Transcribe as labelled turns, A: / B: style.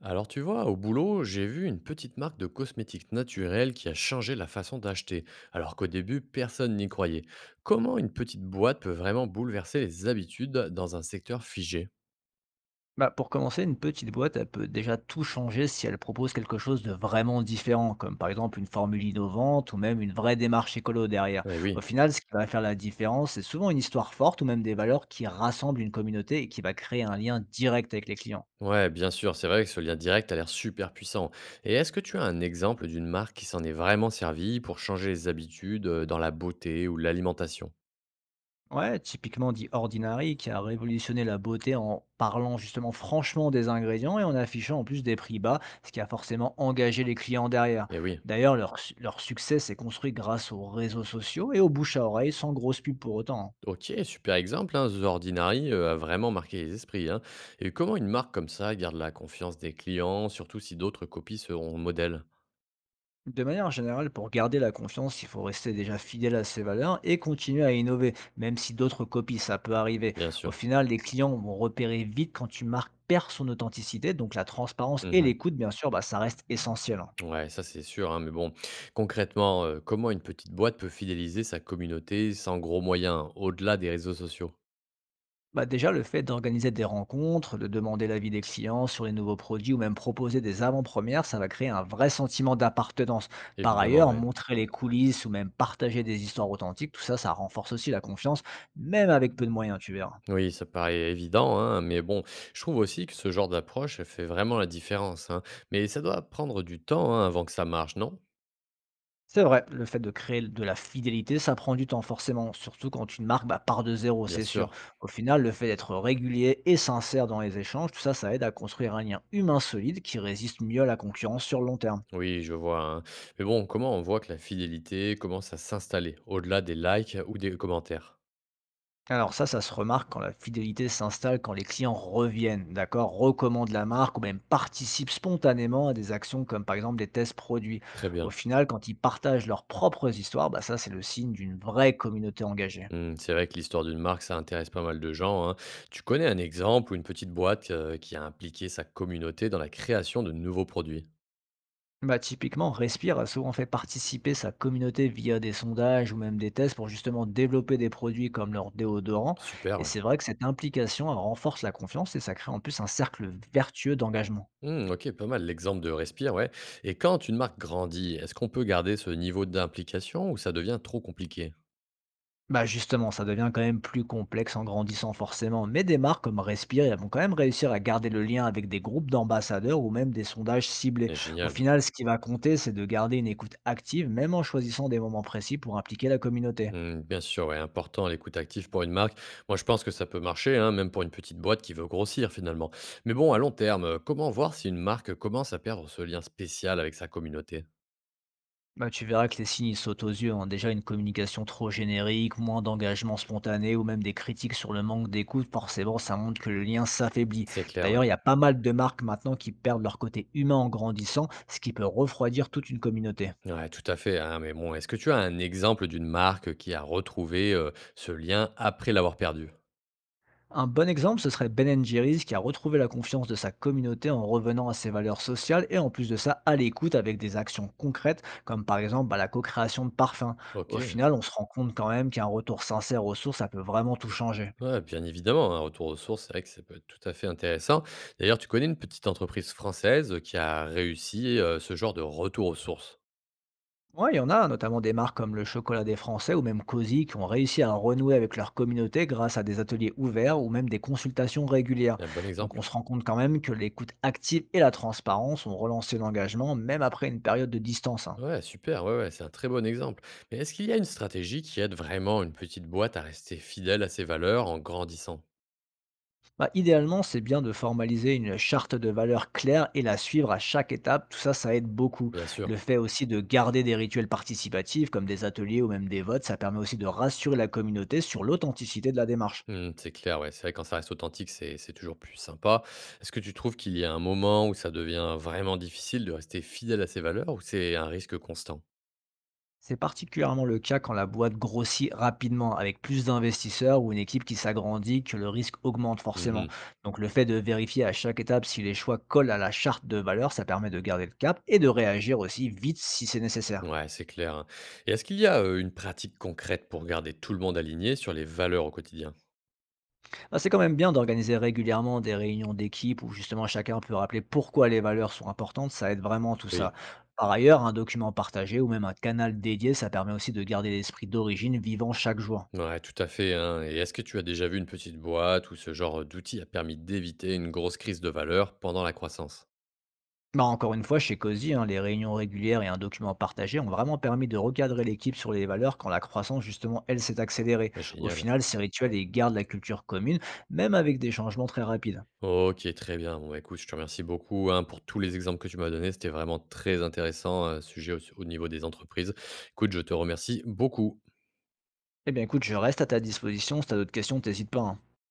A: Alors tu vois, au boulot, j'ai vu une petite marque de cosmétiques naturels qui a changé la façon d'acheter, alors qu'au début, personne n'y croyait. Comment une petite boîte peut vraiment bouleverser les habitudes dans un secteur figé?
B: Bah, pour commencer, une petite boîte, elle peut déjà tout changer si elle propose quelque chose de vraiment différent, comme par exemple une formule innovante ou même une vraie démarche écolo derrière.
A: Eh
B: Au
A: oui.
B: final, ce qui va faire la différence, c'est souvent une histoire forte ou même des valeurs qui rassemblent une communauté et qui va créer un lien direct avec les clients.
A: Ouais, bien sûr, c'est vrai que ce lien direct a l'air super puissant. Et est-ce que tu as un exemple d'une marque qui s'en est vraiment servie pour changer les habitudes dans la beauté ou l'alimentation?
B: Ouais, typiquement dit Ordinary, qui a révolutionné la beauté en parlant justement franchement des ingrédients et en affichant en plus des prix bas, ce qui a forcément engagé les clients derrière.
A: Eh oui.
B: D'ailleurs, leur succès s'est construit grâce aux réseaux sociaux et aux bouche à oreille, sans grosse pub pour autant, hein.
A: OK, super exemple, hein, The Ordinary a vraiment marqué les esprits, hein. Et comment une marque comme ça garde la confiance des clients, surtout si d'autres copies seront modèles,
B: De manière générale, pour garder la confiance, il faut rester déjà fidèle à ses valeurs et continuer à innover, même si d'autres copient, ça peut arriver.
A: bien
B: Au
A: sûr.
B: final, les clients vont repérer vite quand une marque perd son authenticité, donc la transparence et
A: Mhm.
B: l'écoute, bien sûr, bah, ça reste essentiel, hein.
A: Ouais, ça c'est sûr, hein, mais bon, concrètement, comment une petite boîte peut fidéliser sa communauté sans gros moyens, hein, au-delà des réseaux sociaux?
B: Bah déjà, le fait d'organiser des rencontres, de demander l'avis des clients sur les nouveaux produits ou même proposer des avant-premières, ça va créer un vrai sentiment d'appartenance. Par
A: Évidemment,
B: ailleurs,
A: ouais.
B: montrer les coulisses ou même partager des histoires authentiques, tout ça, ça renforce aussi la confiance, même avec peu de moyens, tu verras.
A: Oui, ça paraît évident, hein, mais bon, je trouve aussi que ce genre d'approche elle fait vraiment la différence, hein. Mais ça doit prendre du temps, hein, avant que ça marche, non?
B: C'est vrai, le fait de créer de la fidélité, ça prend du temps forcément, surtout quand une marque bah, part de zéro,
A: Bien
B: c'est sûr.
A: sûr.
B: Au final, le fait d'être régulier et sincère dans les échanges, tout ça, ça aide à construire un lien humain solide qui résiste mieux à la concurrence sur le long terme.
A: Oui, je vois, hein. Mais bon, comment on voit que la fidélité commence à s'installer au-delà des likes ou des commentaires?
B: Alors ça se remarque quand la fidélité s'installe, quand les clients reviennent, d'accord, recommandent la marque ou même participent spontanément à des actions comme par exemple des tests produits.
A: Très
B: Au
A: bien.
B: final, quand ils partagent leurs propres histoires, bah ça c'est le signe d'une vraie communauté engagée.
A: Hmm, c'est vrai que l'histoire d'une marque, ça intéresse pas mal de gens, hein. Tu connais un exemple ou une petite boîte, qui a impliqué sa communauté dans la création de nouveaux produits?
B: Bah typiquement, Respire a souvent fait participer sa communauté via des sondages ou même des tests pour justement développer des produits comme leur déodorant.
A: Super,
B: Et
A: ouais.
B: c'est vrai que cette implication elle renforce la confiance et ça crée en plus un cercle vertueux d'engagement.
A: Hmm, ok, pas mal l'exemple de Respire, ouais. Et quand une marque grandit, est-ce qu'on peut garder ce niveau d'implication ou ça devient trop compliqué?
B: Bah justement, ça devient quand même plus complexe en grandissant forcément, mais des marques comme Respire elles vont quand même réussir à garder le lien avec des groupes d'ambassadeurs ou même des sondages ciblés. Au
A: Génial.
B: final, ce qui va compter, c'est de garder une écoute active, même en choisissant des moments précis pour impliquer la communauté.
A: Mmh, bien sûr, ouais, important l'écoute active pour une marque. Moi, je pense que ça peut marcher, hein, même pour une petite boîte qui veut grossir finalement. Mais bon, à long terme, comment voir si une marque commence à perdre ce lien spécial avec sa communauté?
B: Bah, tu verras que les signes ils sautent aux yeux, hein. Déjà, une communication trop générique, moins d'engagement spontané ou même des critiques sur le manque d'écoute, forcément, ça montre que le lien s'affaiblit.
A: C'est clair, ouais.
B: D'ailleurs, il y a pas mal de marques maintenant qui perdent leur côté humain en grandissant, ce qui peut refroidir toute une communauté.
A: Ouais, tout à fait, hein, mais bon, est-ce que tu as un exemple d'une marque qui a retrouvé ce lien après l'avoir perdu?
B: Un bon exemple, ce serait Ben Jerry's qui a retrouvé la confiance de sa communauté en revenant à ses valeurs sociales et en plus de ça à l'écoute avec des actions concrètes comme par exemple bah, la co-création de parfums.
A: Ok,
B: Au final, on se rend compte quand même qu'un retour sincère aux sources, ça peut vraiment tout changer.
A: ouais, bien évidemment, un retour aux sources, c'est vrai que ça peut être tout à fait intéressant. D'ailleurs, tu connais une petite entreprise française qui a réussi ce genre de retour aux sources?
B: Ouais, il y en a, notamment des marques comme le Chocolat des Français ou même Cozy qui ont réussi à renouer avec leur communauté grâce à des ateliers ouverts ou même des consultations régulières.
A: Un bon
B: Donc on
A: exemple?
B: se rend compte quand même que l'écoute active et la transparence ont relancé l'engagement même après une période de distance, hein.
A: Ouais, super, ouais, ouais, c'est un très bon exemple. Mais est-ce qu'il y a une stratégie qui aide vraiment une petite boîte à rester fidèle à ses valeurs en grandissant?
B: Bah, idéalement, c'est bien de formaliser une charte de valeurs claire et la suivre à chaque étape. Tout ça, ça aide beaucoup.
A: Bien
B: Le
A: sûr.
B: fait aussi de garder des rituels participatifs, comme des ateliers ou même des votes, ça permet aussi de rassurer la communauté sur l'authenticité de la démarche.
A: Hmm, c'est clair, ouais. C'est vrai, quand ça reste authentique, c'est toujours plus sympa. Est-ce que tu trouves qu'il y a un moment où ça devient vraiment difficile de rester fidèle à ses valeurs ou c'est un risque constant?
B: C'est particulièrement le cas quand la boîte grossit rapidement, avec plus d'investisseurs ou une équipe qui s'agrandit, que le risque augmente forcément.
A: Mhm.
B: Donc le fait de vérifier à chaque étape si les choix collent à la charte de valeurs, ça permet de garder le cap et de réagir aussi vite si c'est nécessaire.
A: Ouais, c'est clair, hein. Et est-ce qu'il y a une pratique concrète pour garder tout le monde aligné sur les valeurs au quotidien?
B: Ah, c'est quand même bien d'organiser régulièrement des réunions d'équipe où justement chacun peut rappeler pourquoi les valeurs sont importantes, ça aide vraiment tout ça.
A: Oui.
B: Par ailleurs, un document partagé ou même un canal dédié, ça permet aussi de garder l'esprit d'origine vivant chaque jour.
A: Ouais, tout à fait, hein. Et est-ce que tu as déjà vu une petite boîte où ce genre d'outil a permis d'éviter une grosse crise de valeur pendant la croissance?
B: Bah, encore une fois, chez Cozy, hein, les réunions régulières et un document partagé ont vraiment permis de recadrer l'équipe sur les valeurs quand la croissance, justement, elle s'est accélérée.
A: Ah,
B: Au
A: génial.
B: final, ces rituels, ils gardent la culture commune, même avec des changements très rapides.
A: Ok, très bien. Bon, bah, écoute, je te remercie beaucoup, hein, pour tous les exemples que tu m'as donnés. C'était vraiment très intéressant, sujet au niveau des entreprises. Écoute, je te remercie beaucoup.
B: Eh bien écoute, je reste à ta disposition, si t'as d'autres questions, t'hésites pas, hein.